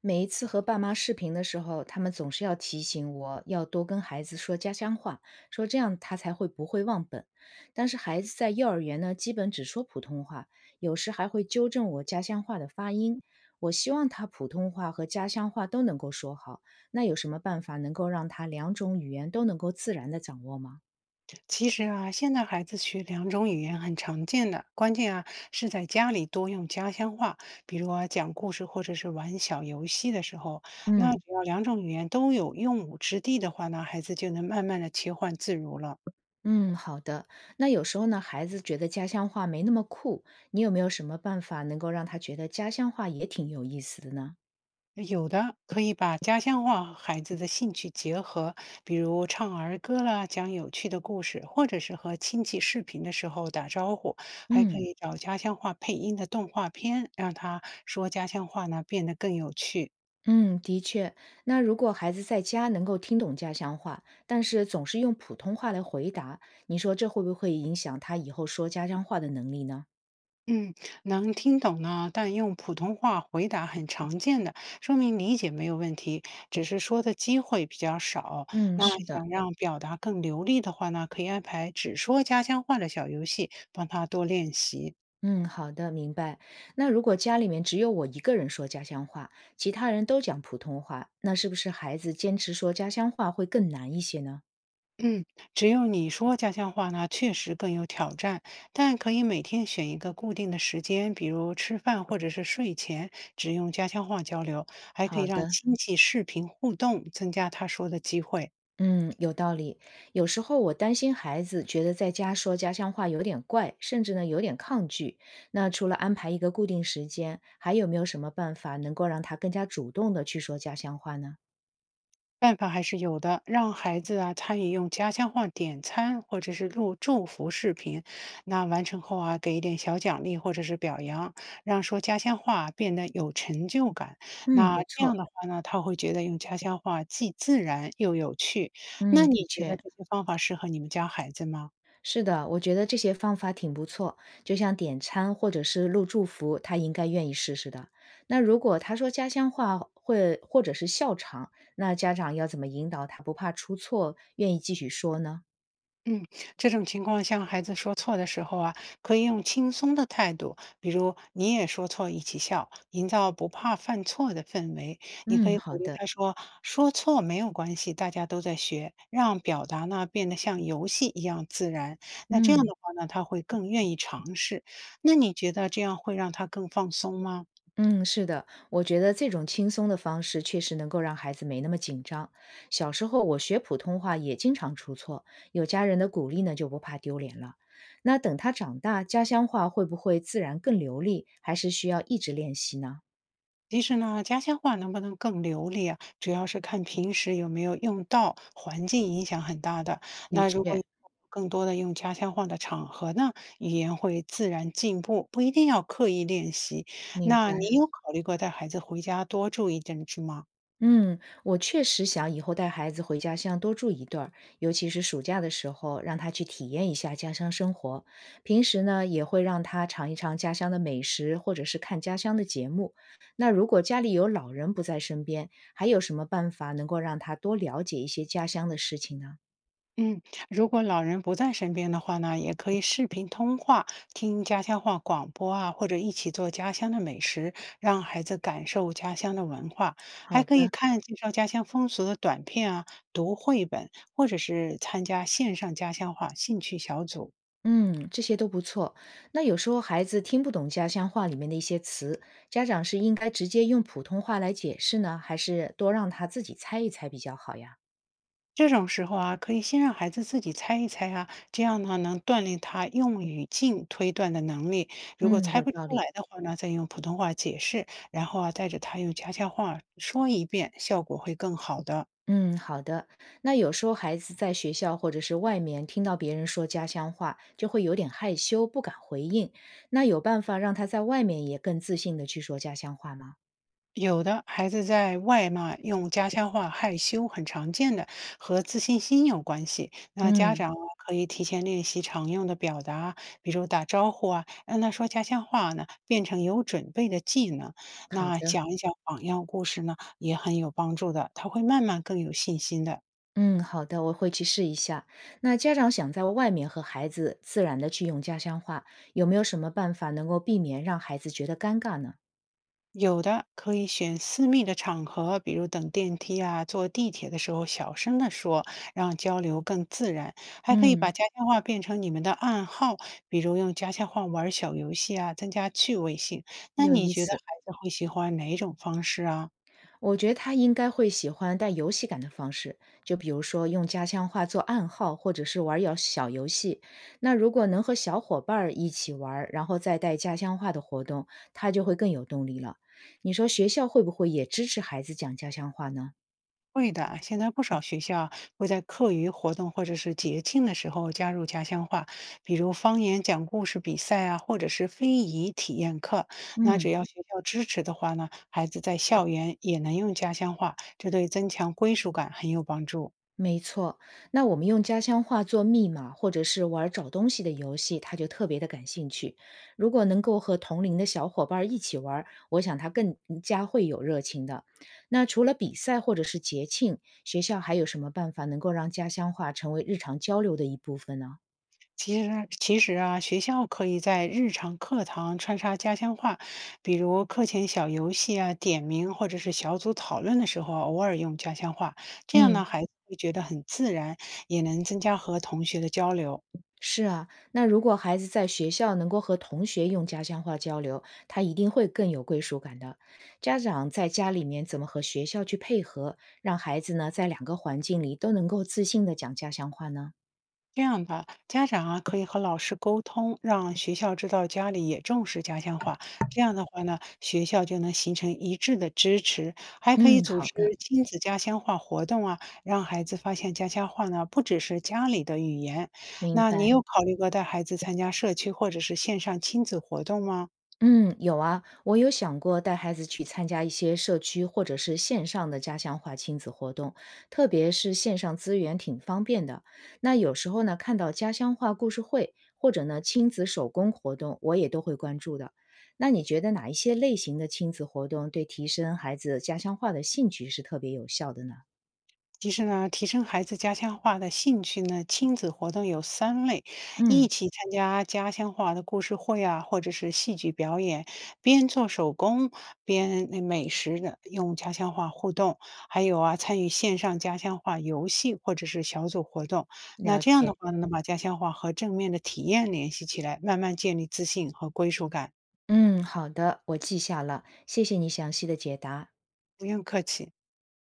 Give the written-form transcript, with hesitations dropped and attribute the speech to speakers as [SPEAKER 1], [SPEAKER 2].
[SPEAKER 1] 每一次和爸妈视频的时候，他们总是要提醒我要多跟孩子说家乡话，说这样他才会不会忘本。但是孩子在幼儿园呢，基本只说普通话，有时还会纠正我家乡话的发音。我希望他普通话和家乡话都能够说好，那有什么办法能够让他两种语言都能够自然的掌握吗？
[SPEAKER 2] 其实啊，现在孩子学两种语言很常见的，关键啊是在家里多用家乡话，比如啊讲故事或者是玩小游戏的时候，那
[SPEAKER 1] 嗯
[SPEAKER 2] 只要两种语言都有用武之地的话呢，孩子就能慢慢的切换自如了。
[SPEAKER 1] 嗯，好的。那有时候呢，孩子觉得家乡话没那么酷，你有没有什么办法能够让他觉得家乡话也挺有意思的呢？
[SPEAKER 2] 有的可以把家乡话和孩子的兴趣结合，比如唱儿歌啦，讲有趣的故事，或者是和亲戚视频的时候打招呼，还可
[SPEAKER 1] 嗯
[SPEAKER 2] 以找家乡话配音的动画片，让他说家乡话呢变得更有趣。
[SPEAKER 1] 嗯，的确。那如果孩子在家能够听懂家乡话，但是总是用普通话来回答，你说这会不会影响他以后说家乡话的能力呢？
[SPEAKER 2] 嗯，能听懂呢，但用普通话回答很常见的，说明理解没有问题，只是说的机会比较少。
[SPEAKER 1] 嗯，
[SPEAKER 2] 那
[SPEAKER 1] 是的。
[SPEAKER 2] 想让表达更流利的话呢，可以安排只说家乡话的小游戏，帮他多练习。
[SPEAKER 1] 嗯，好的，明白。那如果家里面只有我一个人说家乡话，其他人都讲普通话，那是不是孩子坚持说家乡话会更难一些呢？
[SPEAKER 2] 嗯，只有你说家乡话呢，确实更有挑战，但可以每天选一个固定的时间，比如吃饭或者是睡前，只用家乡话交流，还可以
[SPEAKER 1] 好
[SPEAKER 2] 让
[SPEAKER 1] 的。
[SPEAKER 2] 亲戚视频互动，增加他说的机会。
[SPEAKER 1] 嗯，有道理。有时候我担心孩子觉得在家说家乡话有点怪，甚至呢有点抗拒。那除了安排一个固定时间，还有没有什么办法能够让他更加主动的去说家乡话呢？
[SPEAKER 2] 办法还是有的，让孩子啊参与用家乡话点餐或者是录祝福视频，那完成后啊给一点小奖励或者是表扬，让说家乡话变得有成就感。
[SPEAKER 1] 嗯，
[SPEAKER 2] 那
[SPEAKER 1] 不
[SPEAKER 2] 这样
[SPEAKER 1] 错。
[SPEAKER 2] 的话呢，他会觉得用家乡话既自然又有趣。那
[SPEAKER 1] 嗯，
[SPEAKER 2] 你
[SPEAKER 1] 的
[SPEAKER 2] 觉得
[SPEAKER 1] 确
[SPEAKER 2] 这些方法适合你们家孩子吗？
[SPEAKER 1] 是的，我觉得这些方法挺不错。就像点餐或者是录祝福，他应该愿意试试的。那如果他说家乡话会或者是笑场，那家长要怎么引导他不怕出错，愿意继续说呢？
[SPEAKER 2] 嗯，这种情况像孩子说错的时候啊，可以用轻松的态度，比如你也说错，一起笑，营造不怕犯错的氛围。你可
[SPEAKER 1] 嗯，
[SPEAKER 2] 以鼓
[SPEAKER 1] 好
[SPEAKER 2] 励
[SPEAKER 1] 的。
[SPEAKER 2] 他说：“说错没有关系，大家都在学。”让表达呢变得像游戏一样自然。那这样
[SPEAKER 1] 嗯。
[SPEAKER 2] 的话呢，他会更愿意尝试。那你觉得这样会让他更放松吗？
[SPEAKER 1] 嗯，是的，我觉得这种轻松的方式确实能够让孩子没那么紧张。小时候我学普通话也经常出错，有家人的鼓励呢，就不怕丢脸了。那等他长大，家乡话会不会自然更流利，还是需要一直练习呢？
[SPEAKER 2] 其实呢，家乡话能不能更流利啊，主要是看平时有没有用到，环境影响很大的。
[SPEAKER 1] 的
[SPEAKER 2] 那如果以
[SPEAKER 1] 确，
[SPEAKER 2] 后更多的用家乡话的场合呢，语言会自然进步，不一定要刻意练习。
[SPEAKER 1] 明
[SPEAKER 2] 那
[SPEAKER 1] 白。
[SPEAKER 2] 你有考虑过带孩子回家多注意点是吗？
[SPEAKER 1] 嗯，我确实想以后带孩子回家乡多住一段儿，尤其是暑假的时候，让他去体验一下家乡生活。平时呢，也会让他尝一尝家乡的美食，或者是看家乡的节目。那如果家里有老人不在身边，还有什么办法能够让他多了解一些家乡的事情呢？
[SPEAKER 2] 嗯，如果老人不在身边的话呢，也可以视频通话，听家乡话广播啊，或者一起做家乡的美食，让孩子感受家乡的文化。还
[SPEAKER 1] 好
[SPEAKER 2] 可以
[SPEAKER 1] 的，
[SPEAKER 2] 看介绍家乡风俗的短片啊，读绘本，或者是参加线上家乡话兴趣小组。
[SPEAKER 1] 嗯，这些都不错。那有时候孩子听不懂家乡话里面的一些词，家长是应该直接用普通话来解释呢，还是多让他自己猜一猜比较好呀？
[SPEAKER 2] 这种时候啊，可以先让孩子自己猜一猜啊，这样呢能锻炼他用语境推断的能力。如果
[SPEAKER 1] 嗯，
[SPEAKER 2] 猜
[SPEAKER 1] 有
[SPEAKER 2] 不
[SPEAKER 1] 道
[SPEAKER 2] 出
[SPEAKER 1] 理。
[SPEAKER 2] 来的话呢，再用普通话解释，然后啊带着他用家乡话说一遍，效果会更好的。
[SPEAKER 1] 嗯，好的。那有时候孩子在学校或者是外面听到别人说家乡话，就会有点害羞，不敢回应。那有办法让他在外面也更自信的去说家乡话吗？
[SPEAKER 2] 有的孩子在外嘛用家乡话害羞很常见的，和自信心有关系。那家
[SPEAKER 1] 嗯，
[SPEAKER 2] 长啊可以提前练习常用的表达，比如打招呼啊，让他说家乡话呢，变成有准备的技能。
[SPEAKER 1] 好
[SPEAKER 2] 那
[SPEAKER 1] 的。
[SPEAKER 2] 讲一讲榜样故事呢，也很有帮助的，他会慢慢更有信心的。
[SPEAKER 1] 嗯，好的，我会去试一下。那家长想在外面和孩子自然的去用家乡话，有没有什么办法能够避免让孩子觉得尴尬呢？
[SPEAKER 2] 有的可以选私密的场合，比如等电梯啊、坐地铁的时候，小声的说，让交流更自然。还可以
[SPEAKER 1] 嗯，
[SPEAKER 2] 把家乡话变成你们的暗号，比如用家乡话玩儿小游戏啊，增加趣味性。那
[SPEAKER 1] 有
[SPEAKER 2] 你
[SPEAKER 1] 意
[SPEAKER 2] 觉得
[SPEAKER 1] 思。
[SPEAKER 2] 孩子会喜欢哪种方式啊？
[SPEAKER 1] 我觉得他应该会喜欢带游戏感的方式，就比如说用家乡话做暗号，或者是玩儿游小游戏。那如果能和小伙伴儿一起玩儿，然后再带家乡话的活动，他就会更有动力了。你说学校会不会也支持孩子讲家乡话呢？
[SPEAKER 2] 会的，现在不少学校会在课余活动或者是节庆的时候加入家乡话，比如方言讲故事比赛啊，或者是非遗体验课。那只
[SPEAKER 1] 嗯。
[SPEAKER 2] 要学校支持的话呢，孩子在校园也能用家乡话，这对增强归属感很有帮助。
[SPEAKER 1] 没错，那我们用家乡话做密码，或者是玩找东西的游戏，他就特别的感兴趣。如果能够和同龄的小伙伴儿一起玩儿我想他更加会有热情的。那除了比赛或者是节庆，学校还有什么办法能够让家乡话成为日常交流的一部分呢？
[SPEAKER 2] 其实啊，学校可以在日常课堂穿插家乡话，比如课前小游戏啊、点名或者是小组讨论的时候啊，偶尔用家乡话，这样
[SPEAKER 1] 嗯。
[SPEAKER 2] 呢，孩子会觉得很自然，也能增加和同学的交流。
[SPEAKER 1] 是啊，那如果孩子在学校能够和同学用家乡话交流，他一定会更有归属感的。家长在家里面怎么和学校去配合，让孩子呢在两个环境里都能够自信的讲家乡话呢？
[SPEAKER 2] 这样吧，家长啊可以和老师沟通，让学校知道家里也重视家乡话。这样的话呢，学校就能形成一致的支持，还可以
[SPEAKER 1] 嗯，
[SPEAKER 2] 组
[SPEAKER 1] 好
[SPEAKER 2] 织
[SPEAKER 1] 的，
[SPEAKER 2] 亲子家乡话活动啊，让孩子发现家乡话呢不只是家里的语言。
[SPEAKER 1] 明
[SPEAKER 2] 那你
[SPEAKER 1] 白。
[SPEAKER 2] 有考虑过带孩子参加社区或者是线上亲子活动吗？
[SPEAKER 1] 嗯，有啊，我有想过带孩子去参加一些社区或者是线上的家乡话亲子活动，特别是线上资源挺方便的。那有时候呢，看到家乡话故事会或者呢亲子手工活动，我也都会关注的。那你觉得哪一些类型的亲子活动对提升孩子家乡话的兴趣是特别有效的呢？
[SPEAKER 2] 其实呢，提升孩子家乡话的兴趣呢，亲子活动有三类：一
[SPEAKER 1] 嗯，
[SPEAKER 2] 起参加家乡话的故事会啊，或者是戏剧表演，边做手工边那美食的用家乡话互动；还有啊，参与线上家乡话游戏或者是小组活动。那
[SPEAKER 1] 了
[SPEAKER 2] 这样的
[SPEAKER 1] 解。
[SPEAKER 2] 话呢，能把家乡话和正面的体验联系起来，慢慢建立自信和归属感。
[SPEAKER 1] 嗯，好的，我记下了，谢谢你详细的解答。
[SPEAKER 2] 不用客气。